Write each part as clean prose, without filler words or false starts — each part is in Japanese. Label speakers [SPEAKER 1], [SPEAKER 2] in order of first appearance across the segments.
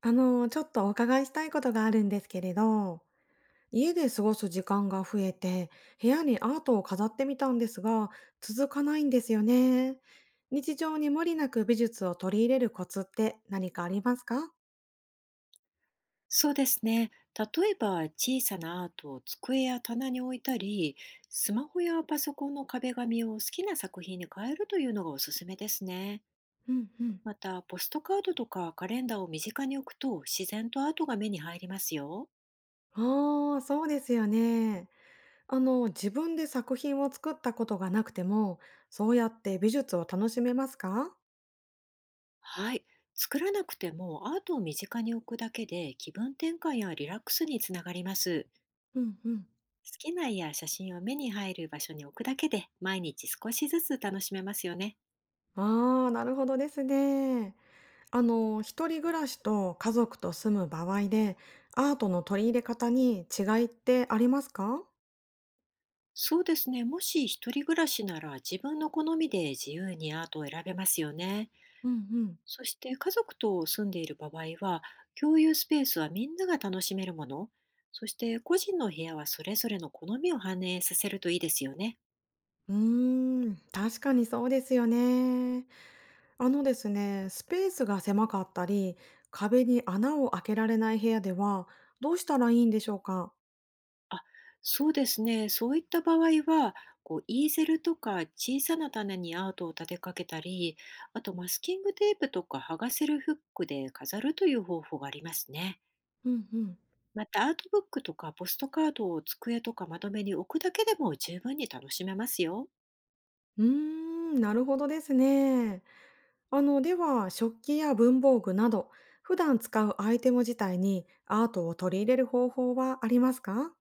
[SPEAKER 1] あの、ちょっとお伺いしたいことがあるんですけれど、家で過ごす時間が増えて、部屋にアートを飾ってみたんですが、続かないんですよね。日常に無理なく美術を取り入れるコツって何かありますか？
[SPEAKER 2] そうですね。例えば小さなアートを机や棚に置いたり、スマホやパソコンの壁紙を好きな作品に変えるというのがおすすめですね。
[SPEAKER 1] うんうん。
[SPEAKER 2] また、ポストカードとかカレンダーを身近に置くと自然とアートが目に入りますよ。
[SPEAKER 1] ああ、そうですよね。あの、自分で作品を作ったことがなくても、そうやって美術を楽しめますか？
[SPEAKER 2] はい。作らなくてもアートを身近に置くだけで気分転換やリラックスにつながります。
[SPEAKER 1] うんうん。
[SPEAKER 2] 好きな絵や写真を目に入る場所に置くだけで毎日少しずつ楽しめますよね。
[SPEAKER 1] ああー、なるほどですね。あの、一人暮らしと家族と住む場合で、アートの取り入れ方に違いってありますか？
[SPEAKER 2] そうですね。もし一人暮らしなら自分の好みで自由にアートを選べますよね。
[SPEAKER 1] うんうん。
[SPEAKER 2] そして家族と住んでいる場合は、共有スペースはみんなが楽しめるもの、そして個人の部屋はそれぞれの好みを反映させるといいですよね。
[SPEAKER 1] うーん、確かにそうですよね。あのですね、スペースが狭かったり、壁に穴を開けられない部屋では、どうしたらいいんでしょうか？
[SPEAKER 2] あ、そうですね。そういった場合は、イーゼルとか小さな棚にアートを立てかけたり、あとマスキングテープとか剥がせるフックで飾るという方法がありますね。
[SPEAKER 1] うんうん。
[SPEAKER 2] また、アートブックとかポストカードを机とかまとめに置くだけでも十分に楽しめますよ。
[SPEAKER 1] うーん、なるほどですね。あの、では、食器や文房具など、普段使うアイテム自体にアートを取り入れる方法はありますか？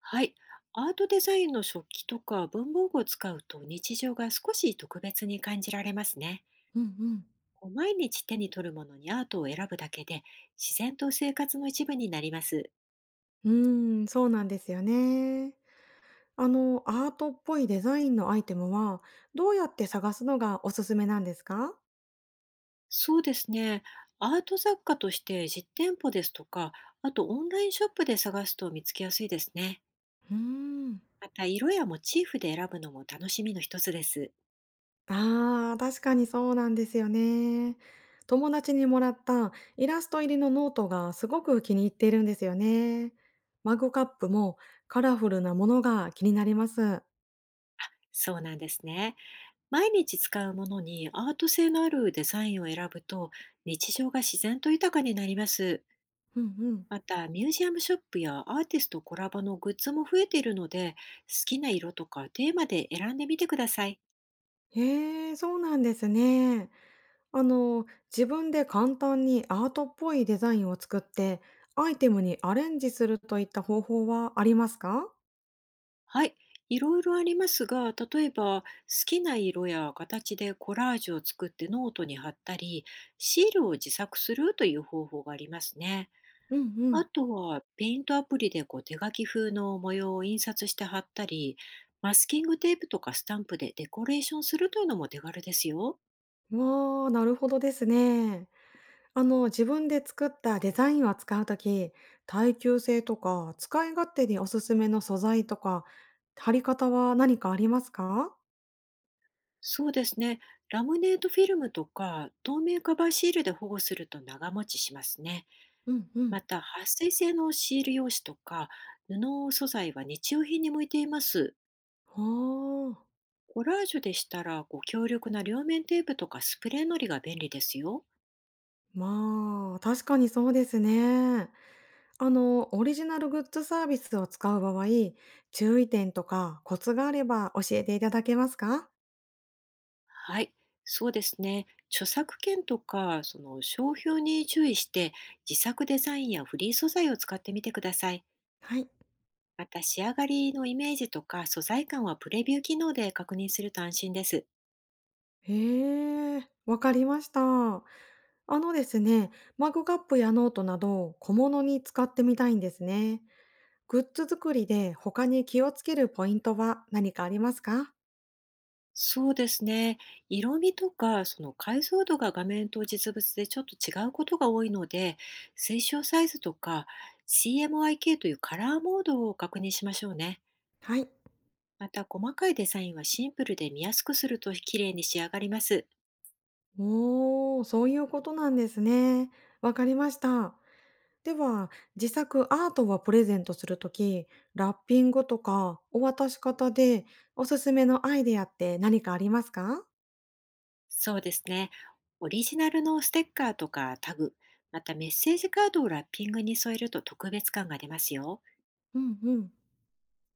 [SPEAKER 2] はい。アートデザインの食器とか文房具を使うと日常が少し特別に感じられますね。
[SPEAKER 1] うんうん。
[SPEAKER 2] 毎日手に取るものにアートを選ぶだけで自然と生活の一部になります。
[SPEAKER 1] うーん、そうなんですよね。あの、アートっぽいデザインのアイテムは、どうやって探すのがおすすめなんですか？
[SPEAKER 2] そうですね。アート作家として実店舗ですとか、あとオンラインショップで探すと見つけやすいですね。
[SPEAKER 1] うーん。
[SPEAKER 2] また、色やモチーフで選ぶのも楽しみの一つです。
[SPEAKER 1] ああ、確かにそうなんですよね。友達にもらったイラスト入りのノートがすごく気に入っているんですよね。マグカップもカラフルなものが気になります。
[SPEAKER 2] そうなんですね。毎日使うものにアート性のあるデザインを選ぶと、日常が自然と豊かになります。
[SPEAKER 1] うんうん。
[SPEAKER 2] また、ミュージアムショップやアーティストコラボのグッズも増えているので、好きな色とかテーマで選んでみてください。
[SPEAKER 1] へえ、そうなんですね。あの、自分で簡単にアートっぽいデザインを作って、アイテムにアレンジするといった方法はありますか？
[SPEAKER 2] はい、いろいろありますが、例えば好きな色や形でコラージュを作ってノートに貼ったり、シールを自作するという方法がありますね。
[SPEAKER 1] うんう
[SPEAKER 2] あ
[SPEAKER 1] ん。
[SPEAKER 2] とは、ペイントアプリで手書き風の模様を印刷して貼ったり、マスキングテープとかスタンプでデコレーションするというのも手軽ですよ。
[SPEAKER 1] わー、なるほどですね。あの、自分で作ったデザインを使うとき、耐久性とか、使い勝手におすすめの素材とか、貼り方は何かありますか？
[SPEAKER 2] そうですね。ラムネートフィルムとか透明カバーシールで保護すると長持ちしますね。
[SPEAKER 1] うんうんうん。
[SPEAKER 2] また、撥水性のシール用紙とか布素材は日用品に向いています。
[SPEAKER 1] はあ。
[SPEAKER 2] コラージュでしたら、強力な両面テープとかスプレーのりが便利ですよ。
[SPEAKER 1] まあ、確かにそうですね。あの、オリジナルグッズサービスを使う場合、注意点とかコツがあれば教えていただけますか？
[SPEAKER 2] はい、そうですね。著作権とか、商標に注意して、自作デザインやフリー素材を使ってみてください。
[SPEAKER 1] はい。
[SPEAKER 2] また、仕上がりのイメージとか素材感はプレビュー機能で確認すると安心です。
[SPEAKER 1] へえ、わかりました。あのですね、マグカップやノートなど小物に使ってみたいんですね。グッズ作りで他に気をつけるポイントは何かありますか？
[SPEAKER 2] そうですね。色味とか、解像度が画面と実物でちょっと違うことが多いので、推奨サイズとか CMYK というカラーモードを確認しましょうね。
[SPEAKER 1] はい。
[SPEAKER 2] また、細かいデザインはシンプルで見やすくすると綺麗に仕上がります。
[SPEAKER 1] おー、そういうことなんですね。わかりました。では、自作アートをプレゼントするとき、ラッピングとかお渡し方でおすすめのアイデアって何かありますか？
[SPEAKER 2] そうですね。オリジナルのステッカーとかタグ、またメッセージカードをラッピングに添えると特別感が出ますよ。
[SPEAKER 1] うんうん。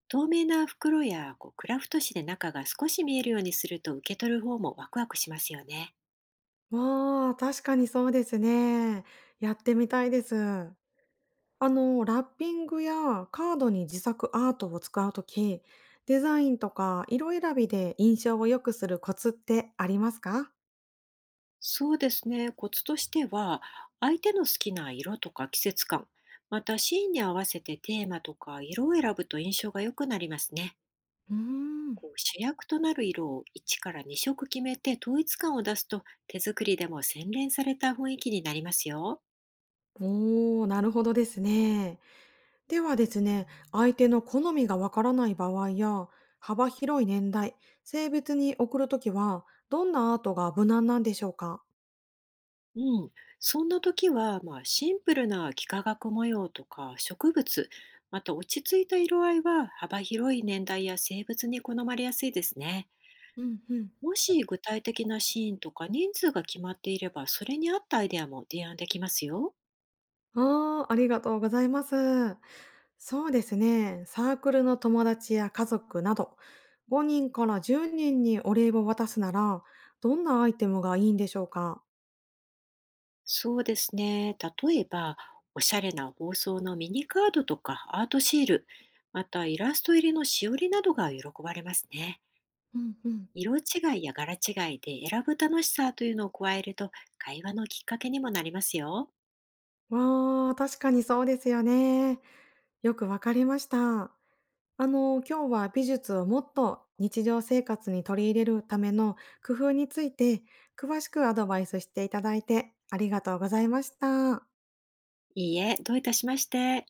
[SPEAKER 2] 透明な袋やクラフト紙で中が少し見えるようにすると、受け取る方もワクワクしますよね。
[SPEAKER 1] わあ、確かにそうですね。やってみたいです。あの、ラッピングやカードに自作アートを使うとき、デザインとか色選びで印象を良くするコツってありますか？
[SPEAKER 2] そうですね。コツとしては、相手の好きな色とか季節感、またシーンに合わせてテーマとか色を選ぶと印象が良くなりますね。
[SPEAKER 1] うーん。
[SPEAKER 2] 主役となる色を1から2色決めて統一感を出すと、手作りでも洗練された雰囲気になりますよ。
[SPEAKER 1] おお、なるほどですね。ではですね、相手の好みがわからない場合や、幅広い年代、性別に送るときは、どんなアートが無難なんでしょうか？
[SPEAKER 2] うん、そんな時は、まあ、シンプルな幾何学模様とか植物、また落ち着いた色合いは幅広い年代や性別に好まれやすいですね。
[SPEAKER 1] うんうん。
[SPEAKER 2] もし具体的なシーンとか人数が決まっていれば、それに合ったアイデアも提案できますよ。
[SPEAKER 1] ああー、ありがとうございます。そうですね、サークルの友達や家族など、5人から10人にお礼を渡すなら、どんなアイテムがいいんでしょうか？
[SPEAKER 2] そうですね。例えば、おしゃれな包装のミニカードとかアートシール、またイラスト入りのしおりなどが喜ばれますね。
[SPEAKER 1] うんうん。
[SPEAKER 2] 色違いや柄違いで選ぶ楽しさというのを加えると、会話のきっかけにもなりますよ。
[SPEAKER 1] わあ、確かにそうですよね。よくわかりました。あの、今日は美術をもっと日常生活に取り入れるための工夫について詳しくアドバイスしていただいてありがとうございました。
[SPEAKER 2] いいえ、どういたしまして。